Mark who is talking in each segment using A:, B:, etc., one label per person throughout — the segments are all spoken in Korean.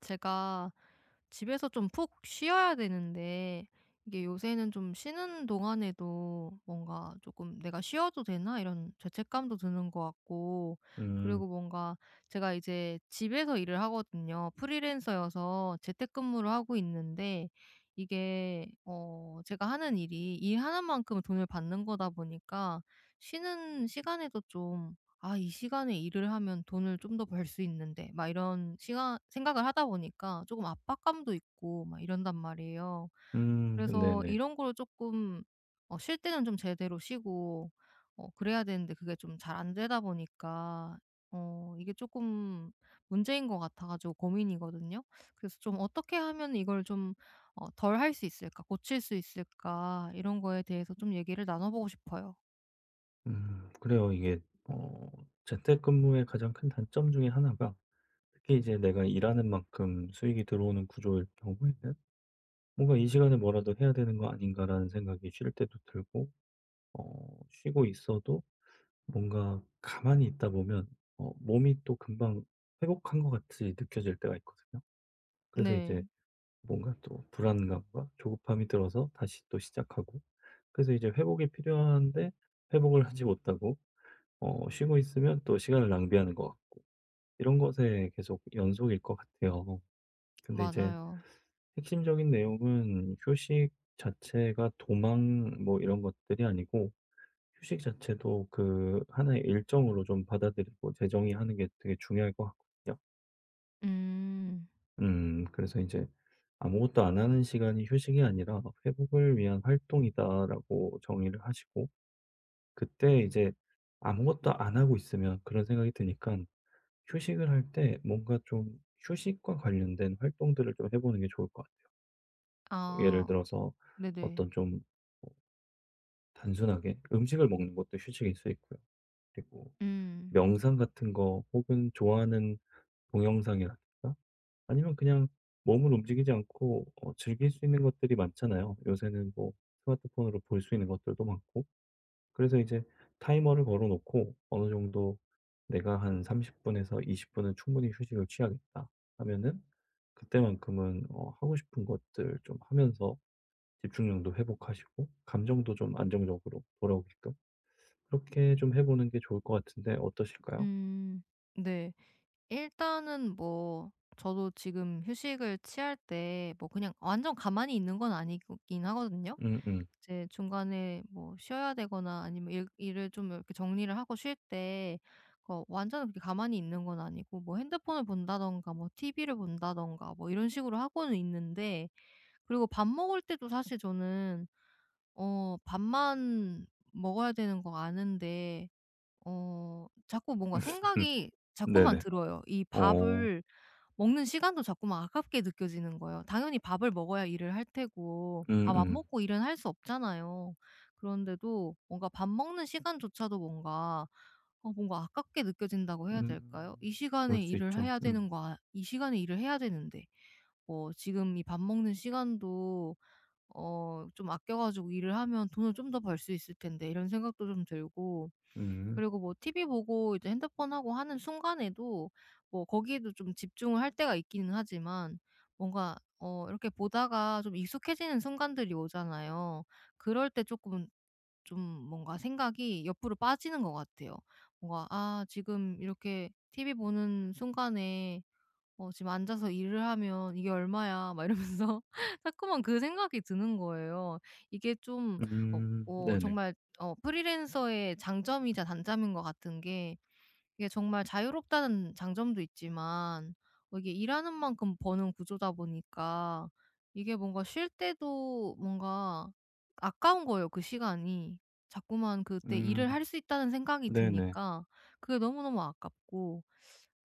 A: 제가 집에서 좀 푹 쉬어야 되는데 이게 요새는 좀 쉬는 동안에도 뭔가 조금 '내가 쉬어도 되나?' 이런 죄책감도 드는 것 같고.
B: 음.
A: 그리고 뭔가 제가 이제 집에서 일을 하거든요. 프리랜서여서 재택근무를 하고 있는데 이게 제가 하는 일이 일 하나만큼 돈을 받는 거다 보니까 쉬는 시간에도 좀 '아 이 시간에 일을 하면 돈을 좀 더 벌 수 있는데.' 막 이런 시간 생각을 하다 보니까 조금 압박감도 있고 막 이런단 말이에요.
B: 음.
A: 그래서
B: 네네.
A: 이런 거를 조금 쉴 때는 좀 제대로 쉬고 그래야 되는데 그게 좀 잘 안 되다 보니까 이게 조금 문제인 것 같아 가지고 고민이거든요. 그래서 좀 어떻게 하면 이걸 좀 덜 할 수 있을까 고칠 수 있을까 이런 거에 대해서 좀 얘기를 나눠 보고 싶어요.
B: 음. 그래요. 이게 재택근무의 가장 큰 단점 중에 하나가, 특히 이제 내가 일하는 만큼 수익이 들어오는 구조일 경우에는 '뭔가 이 시간에 뭐라도 해야 되는 거 아닌가.'라는 생각이 쉴 때도 들고, 쉬고 있어도 뭔가 가만히 있다 보면 몸이 또 금방 회복한 것 같이 느껴질 때가 있거든요. 그래서
A: 네.
B: 이제 뭔가 또 불안감과 조급함이 들어서 다시 또 시작하고, 그래서 이제 회복이 필요한데 회복을 하지 못하고, 쉬고 있으면 또 시간을 낭비하는 것 같고, 이런 것에 계속 연속일 것 같아요. 근데 이제
A: 맞아요.
B: 핵심적인 내용은 휴식 자체가 도망 뭐 이런 것들이 아니고, 휴식 자체도 그 하나의 일정으로 좀 받아들이고 재정의하는 게 되게 중요할 것 같거든요.
A: 음.
B: 그래서 이제 '아무것도 안 하는 시간이 휴식이 아니라 회복을 위한 활동이다.'라고 정의를 하시고, 그때 이제 아무것도 안 하고 있으면 그런 생각이 드니까, 휴식을 할 때 뭔가 좀 휴식과 관련된 활동들을 좀 해 보는 게 좋을 것 같아요. 뭐 예를
A: 아.
B: 들어서
A: 네네.
B: 어떤 좀, 어, 단순하게 음식을 먹는 것도 휴식일 수 있고요. 그리고
A: 음.
B: 명상 같은 거, 혹은 좋아하는 동영상이라든가, 아니면 그냥 몸을 움직이지 않고 즐길 수 있는 것들이 많잖아요. 요새는 뭐 스마트폰으로 볼 수 있는 것들도 많고. 그래서 이제 타이머를 걸어 놓고 어느 정도 '내가 한 30 분에서 20 분은 충분히 휴식을 취하겠다.' 하면은 그때만큼은 하고 싶은 것들 좀 하면서 집중력도 회복하시고, 감정도 좀 안정적으로 돌아오게끔 그렇게 좀 해 보는 게 좋을 것 같은데 어떠실까요?
A: 음. 네. 일단은 뭐 저도 지금 휴식을 취할 때 뭐 그냥 완전 가만히 있는 건 아니긴 하거든요.
B: 음음.
A: 이제 중간에 뭐 쉬어야 되거나 아니면 일 일을 좀 이렇게 정리를 하고 쉴 때 완전 그렇게 가만히 있는 건 아니고 뭐 핸드폰을 본다든가 뭐 TV를 본다든가 뭐 이런 식으로 하고는 있는데. 그리고 밥 먹을 때도 사실 저는 밥만 먹어야 되는 거 아는데 자꾸 뭔가 생각이 자꾸만
B: 네네.
A: 들어요. 이
B: 어.
A: 밥을 먹는 시간도 자꾸만 아깝게 느껴지는 거예요. 당연히 밥을 먹어야 일을 할 테고 밥 안
B: 음음.
A: 먹고 일은 할 수 없잖아요. 그런데도 뭔가 밥 먹는 시간조차도 뭔가 뭔가 아깝게 느껴진다고 해야 될까요?
B: 음.
A: 이
B: 그럴
A: 시간에
B: 수
A: 일을
B: 있죠.
A: 해야
B: 음.
A: 되는 거 아 이 시간에 일을 해야 되는데 뭐 지금 이 밥 먹는 시간도 좀 아껴 가지고 일을 하면 돈을 좀 더 벌 수 있을 텐데 이런 생각도 좀 들고.
B: 음.
A: 그리고 뭐 TV 보고 이제 핸드폰 하고 하는 순간에도 뭐 거기에도 좀 집중을 할 때가 있기는 하지만 뭔가 이렇게 보다가 좀 익숙해지는 순간들이 오잖아요. 그럴 때 조금 좀 뭔가 생각이 옆으로 빠지는 것 같아요. 뭔가 '아 지금 이렇게 TV 보는 순간에 지금 앉아서 일을 하면 이게 얼마야.' 막 이러면서 자꾸만 그 생각이 드는 거예요. 이게 좀 어
B: 음. 네네.
A: 정말 프리랜서의 장점이자 단점인 것 같은 게 이게 정말 자유롭다는 장점도 있지만 이게 일하는 만큼 버는 구조다 보니까 이게 뭔가 쉴 때도 뭔가 아까운 거예요, 그 시간이. 자꾸만 그때 일을
B: 음.
A: 할 수 있다는 생각이
B: 네네.
A: 드니까 그게 너무너무 아깝고,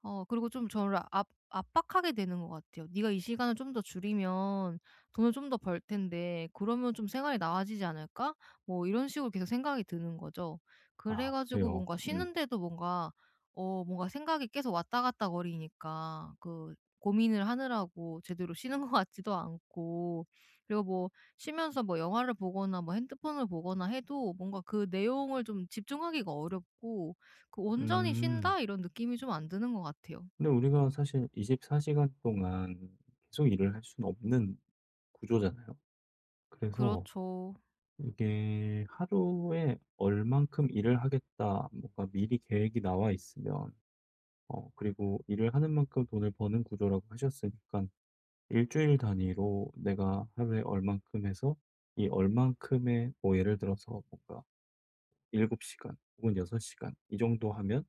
A: 그리고 좀 저를 압 압박하게 되는 것 같아요. "네가 이 시간을 좀 더 줄이면 돈을 좀 더 벌 텐데 그러면 좀 생활이 나아지지 않을까?" 뭐 이런 식으로 계속 생각이 드는 거죠. 그래
B: 아
A: 가지고
B: 그래요.
A: 뭔가
B: 음.
A: 쉬는데도 뭔가 뭔가 생각이 계속 왔다 갔다 거리니까 그 고민을 하느라고 제대로 쉬는 것 같지도 않고. 그리고 뭐 쉬면서 뭐 영화를 보거나 뭐 핸드폰을 보거나 해도 뭔가 그 내용을 좀 집중하기가 어렵고 그 '온전히
B: 음.
A: 쉰다.' 이런 느낌이 좀 안 드는 것 같아요.
B: 근데 우리가 사실 24 시간 동안 계속 일을 할 수는 없는 구조잖아요. 그래서
A: 그렇죠.
B: 이게 하루에 얼만큼 일을 하겠다 뭔가 미리 계획이 나와 있으면, 그리고 일을 하는 만큼 돈을 버는 구조라고 하셨으니까, 일주일 단위로 내가 하루에 얼만큼 해서, 이 얼만큼의 뭐 예를 들어서 뭔가 7 시간 혹은 6 시간 이 정도 하면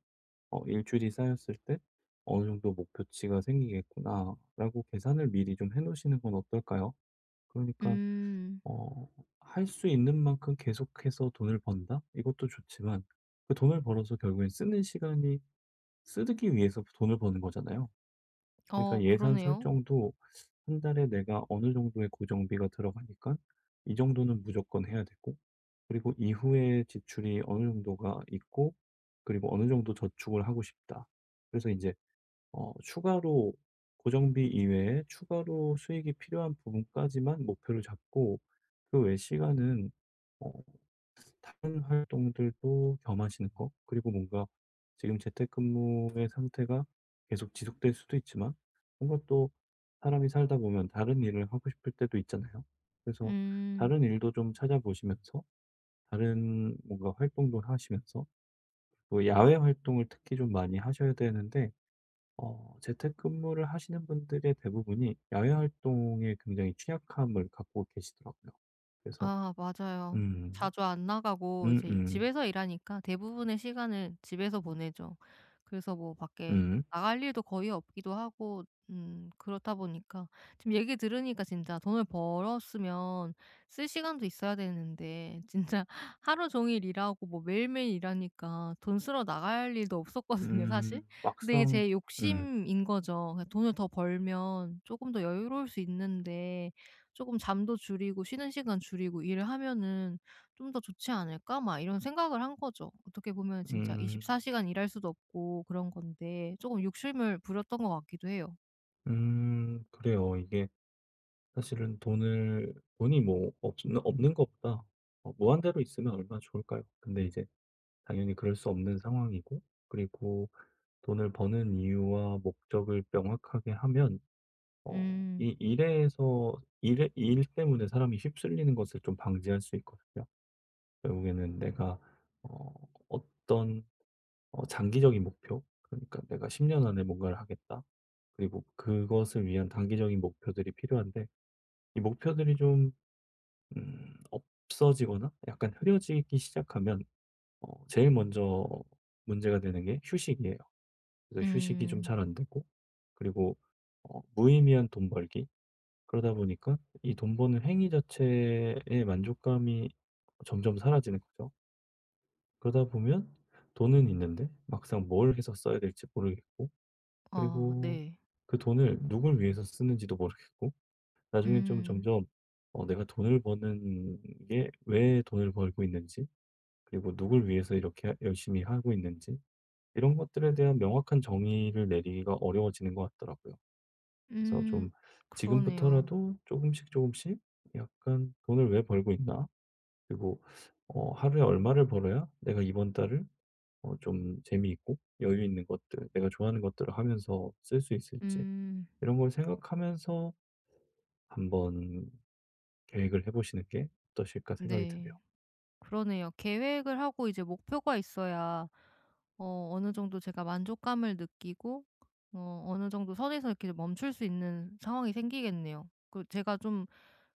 B: '일주일이 쌓였을 때 어느 정도 목표치가 생기겠구나.'라고 계산을 미리 좀 해 놓으시는 건 어떨까요? 그러니까
A: 음.
B: 어 할 수 있는 만큼 계속해서 돈을 번다? 이것도 좋지만, 그 돈을 벌어서 결국엔 쓰는 시간이, 쓰기 위해서 돈을 버는 거잖아요. 그러니까 예산
A: 그러네요.
B: 설정도 한 달에 내가 어느 정도의 고정비가 들어가니까 이 정도는 무조건 해야 되고, 그리고 이후에 지출이 어느 정도가 있고, 그리고 어느 정도 저축을 하고 싶다. 그래서 이제 추가로 고정비 이외에 추가로 수익이 필요한 부분까지만 목표를 잡고, 그 외 시간은 어 다른 활동들도 겸하시는 거, 그리고 뭔가 지금 재택근무의 상태가 계속 지속될 수도 있지만 뭔가 또 사람이 살다 보면 다른 일을 하고 싶을 때도 있잖아요. 그래서
A: 음.
B: 다른 일도 좀 찾아보시면서, 다른 뭔가 활동도 하시면서, 또 야외 활동을 특히 좀 많이 하셔야 되는데, 재택근무를 하시는 분들의 대부분이 야외 활동에 굉장히 취약함을 갖고 계시더라고요. 그래서
A: 아 맞아요.
B: 음.
A: 자주 안 나가고 이제
B: 음.
A: 집에서 일하니까 대부분의 시간을 집에서 보내죠. 그래서 뭐 밖에
B: 음.
A: 나갈 일도 거의 없기도 하고 그렇다 보니까 지금 얘기 들으니까 진짜 돈을 벌었으면 쓸 시간도 있어야 되는데 진짜 하루 종일 일하고 뭐 매일매일 일하니까 돈 쓰러 나갈 일도 없었거든요, 사실. 근데 이게
B: 막상
A: 제
B: 음.
A: 욕심인 거죠. 돈을 더 벌면 조금 더 여유로울 수 있는데 조금 '잠도 줄이고 쉬는 시간 줄이고 일을 하면은 좀 더 좋지 않을까?' 막 이런 생각을 한 거죠. 어떻게 보면 진짜
B: 음.
A: 24시간 시간 일할 수도 없고 그런 건데 조금 욕심을 부렸던 것 같기도 해요.
B: 음. 그래요. 이게 사실은 돈을 돈이 뭐 없는 것보다 무한대로 있으면 얼마나 좋을까요? 근데 이제 당연히 그럴 수 없는 상황이고, 그리고 돈을 버는 이유와 목적을 명확하게 하면
A: 음.
B: 이 일에서 일 때문에 사람이 휩쓸리는 것을 좀 방지할 수 있거든요. 결국에는 내가 어 어떤 장기적인 목표, 그러니까 내가 10년 안에 뭔가를 하겠다. 그리고 그것을 위한 단기적인 목표들이 필요한데, 이 목표들이 좀 없어지거나 약간 흐려지기 시작하면 제일 먼저 문제가 되는 게 휴식이에요. 그래서 휴식이 좀
A: 음.
B: 잘 안 되고, 그리고 무의미한 돈 벌기, 그러다 보니까 이 돈 버는 행위 자체의 만족감이 점점 사라지는 거죠. 그러다 보면 돈은 있는데 막상 뭘 해서 써야 될지 모르겠고,
A: 아
B: 그리고
A: 네.
B: 그 돈을 누굴 위해서 쓰는지도 모르겠고, 나중에 좀
A: 음.
B: 점점, 내가 돈을 버는 게 왜 돈을 벌고 있는지, 그리고 누굴 위해서 이렇게 열심히 하고 있는지, 이런 것들에 대한 명확한 정의를 내리기가 어려워지는 것 같더라고요. 그래서
A: 음.
B: 좀
A: 그러네요.
B: 지금부터라도 조금씩 조금씩 약간 '돈을 왜 벌고 있나? 그리고 하루에 얼마를 벌어야 내가 이번 달을 좀 재미있고 여유 있는 것들, 내가 좋아하는 것들을 하면서 쓸 수 있을지.'
A: 음.
B: 이런 걸 생각하면서 한번 계획을 해 보시는 게 어떠실까 생각이 드네요.
A: 네. 그러네요. 계획을 하고 이제 목표가 있어야 어느 정도 제가 만족감을 느끼고 어느 정도 선에서 이렇게 멈출 수 있는 상황이 생기겠네요. 그 제가 좀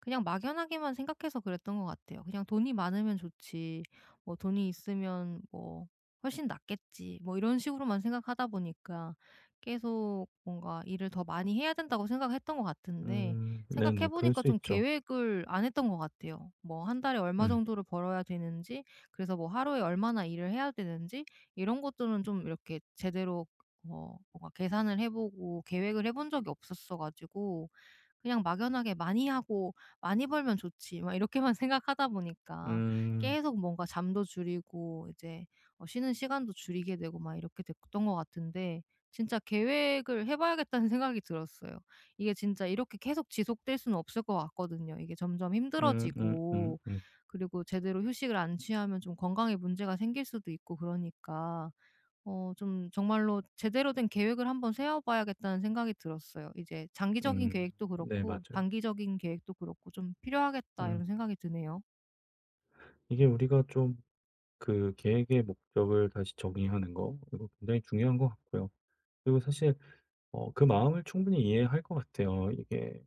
A: 그냥 막연하게만 생각해서 그랬던 것 같아요. 그냥 '돈이 많으면 좋지. 뭐 돈이 있으면 뭐 훨씬 낫겠지.' 뭐 이런 식으로만 생각하다 보니까 계속 뭔가 일을 더 많이 해야 된다고 생각했던 것 같은데 생각해
B: 네네. 그럴
A: 보니까
B: 수
A: 좀
B: 있죠.
A: 계획을 안 했던 것 같아요. 뭐 한 달에 얼마
B: 음.
A: 정도를 벌어야 되는지, 그래서 뭐 하루에 얼마나 일을 해야 되는지, 이런 것들은 좀 이렇게 제대로 뭔가 계산을 해 보고 계획을 해본 적이 없었어 가지고 그냥 막연하게 '많이 하고 많이 벌면 좋지.' 막 이렇게만 생각하다 보니까
B: 음.
A: 계속 뭔가 잠도 줄이고 이제 쉬는 시간도 줄이게 되고 막 이렇게 됐던 것 같은데 진짜 계획을 해 봐야겠다는 생각이 들었어요. 이게 진짜 이렇게 계속 지속될 수는 없을 것 같거든요. 이게 점점
B: 음.
A: 힘들어지고 그리고 제대로 휴식을 안 취하면 좀 건강에 문제가 생길 수도 있고 그러니까 좀 정말로 제대로 된 계획을 한번 세워 봐야겠다는 생각이 들었어요. 이제 장기적인 계획도
B: 네
A: 그렇고
B: 맞아요.
A: 단기적인 계획도 그렇고 좀 필요하겠다, 이런
B: 음.
A: 생각이 드네요.
B: 이게 우리가 좀 그 계획의 목적을 다시 정의하는 거, 이거 굉장히 중요한 것 같고요. 그리고 사실, 그 마음을 충분히 이해할 것 같아요. 이게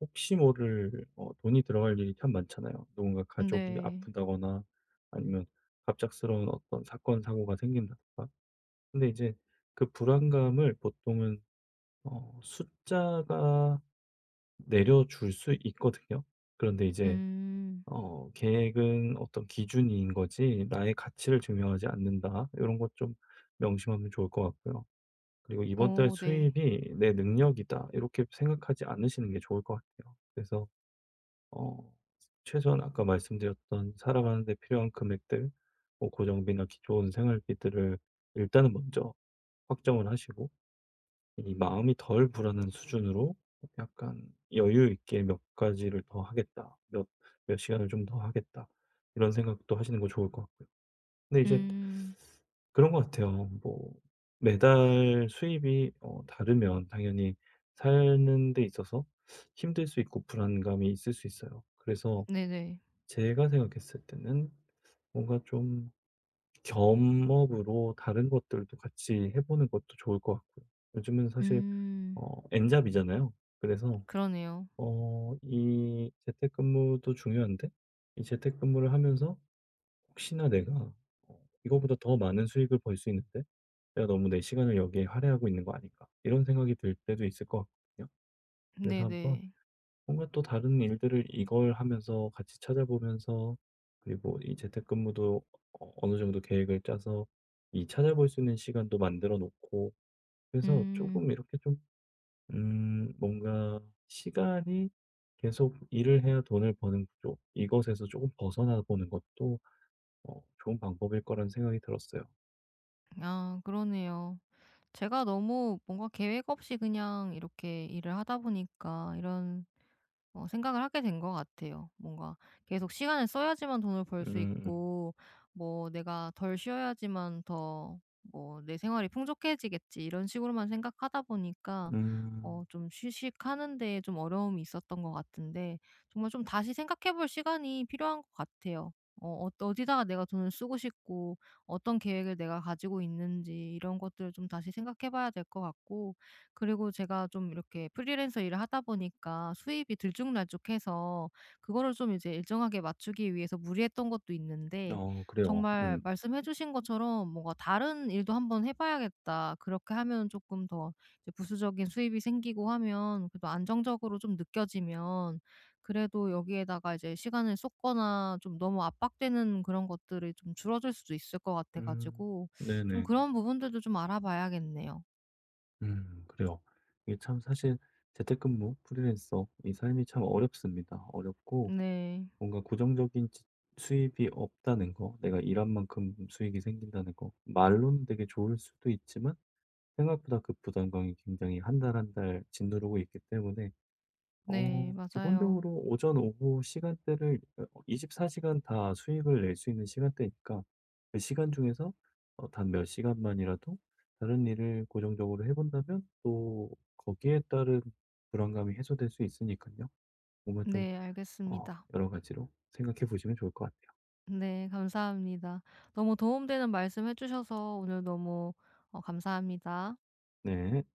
B: 혹시 모를, 돈이 들어갈 일이 참 많잖아요. 누군가 가족이
A: 네.
B: 아프다거나 아니면 갑작스러운 어떤 사건 사고가 생긴다던가. 근데 이제 그 불안감을 보통은, 숫자가 내려줄 수 있거든요. 그런데 이제
A: 음.
B: 계획은 어떤 기준인 거지 나의 가치를 증명하지 않는다. 이런 것 좀 명심하면 좋을 것 같고요. 그리고 '이번 달
A: 네.
B: 수입이 내 능력이다.' 이렇게 생각하지 않으시는 게 좋을 것 같아요. 그래서 어 최소한 아까 말씀드렸던 살아가는 데 필요한 금액들, 뭐 고정비나 기존 생활비들을 일단은 먼저 확정을 하시고, 이 마음이 덜 불안한 수준으로 약간 여유 있게 몇 가지를 더 하겠다, 몇, 몇 시간을 좀 더 하겠다, 이런 생각도 하시는 거 좋을 것 같고요. 근데 이제
A: 음.
B: 그런 것 같아요. 뭐, 매달 수입이, 다르면 당연히 사는 데 있어서 힘들 수 있고 불안감이 있을 수 있어요. 그래서
A: 네네.
B: 제가 생각했을 때는 뭔가 좀 겸업으로 다른 것들도 같이 해보는 것도 좋을 것 같고요. 요즘은 사실
A: 음.
B: N잡이잖아요. 그래서
A: 그러네요.
B: 어 이 재택근무도 중요한데, 이 재택근무를 하면서 혹시나 내가 '이거보다 더 많은 수익을 벌 수 있는데 내가 너무 내 시간을 여기에 할애하고 있는 거 아닐까.' 이런 생각이 들 때도 있을 것 같거든요. 그래서 한번
A: 네네.
B: 뭔가 또 다른 일들을 이걸 하면서 같이 찾아보면서, 그리고 이 재택근무도 어느 정도 계획을 짜서 이 찾아볼 수 있는 시간도 만들어 놓고, 그래서 조
A: 음.
B: 금 이렇게 좀, 뭔가 시간이 계속 일을 해야 돈을 버는 구조, 이것에서 조금 벗어나 보는 것도, 좋은 방법일 거라는 생각이 들었어요.
A: 아 그러네요. 제가 너무 뭔가 계획 없이 그냥 이렇게 일을 하다 보니까 이런 생각을 하게 된 것 같아요. 뭔가 계속 시간을 써야지만 돈을 벌
B: 음,
A: 수
B: 음,
A: 있고 뭐 '내가 덜 쉬어야지만 더 뭐 내 생활이 풍족해지겠지.' 이런 식으로만 생각하다 보니까
B: 음,
A: 좀 휴식하는 데에 좀 어려움이 있었던 것 같은데 정말 좀 다시 생각해 볼 시간이 필요한 것 같아요. 어디다가 내가 돈을 쓰고 싶고 어떤 계획을 내가 가지고 있는지 이런 것들을 좀 다시 생각해 봐야 될 것 같고, 그리고 제가 좀 이렇게 프리랜서 일을 하다 보니까 수입이 들쭉날쭉해서 그거를 좀 이제 일정하게 맞추기 위해서 무리했던 것도 있는데
B: 어, 그래요.
A: 정말 말씀해 주신 것처럼 뭔가 '다른 일도 한번 해 봐야겠다.' 그렇게 하면 조금 더 이제 부수적인 수입이 생기고 하면 그래도 안정적으로 좀 느껴지면 그래도 여기에다가 이제 시간을 쏟거나 좀 너무 압박되는 그런 것들이 좀 줄어들 수도 있을 것 같아
B: 음,
A: 가지고 좀
B: 네네네.
A: 그런 부분들도 좀 알아봐야겠네요.
B: 그래요. 이게 참 사실 재택근무, 프리랜서, 이 삶이 참 어렵습니다. 어렵고
A: 네.
B: 뭔가 고정적인 수입이 없다는 거, 내가 일한 만큼 수익이 생긴다는 거, 말로는 되게 좋을 수도 있지만 생각보다 그 부담감이 굉장히 한달 한달 짓누르고 있기 때문에,
A: 네, 맞아요.
B: 기본적으로 오전, 오후 시간대를 24 시간 다 수익을 낼 수 있는 시간대니까, 그 시간 중에서 단 몇 시간만이라도 다른 일을 고정적으로 해 본다면 또 거기에 따른 불안감이 해소될 수 있으니까요, 뭔가 좀
A: 네, 알겠습니다.
B: 여러 가지로 생각해 보시면 좋을 것 같아요.
A: 네, 감사합니다. 너무 도움되는 말씀 해주셔서 오늘 너무 어, 감사합니다.
B: 네.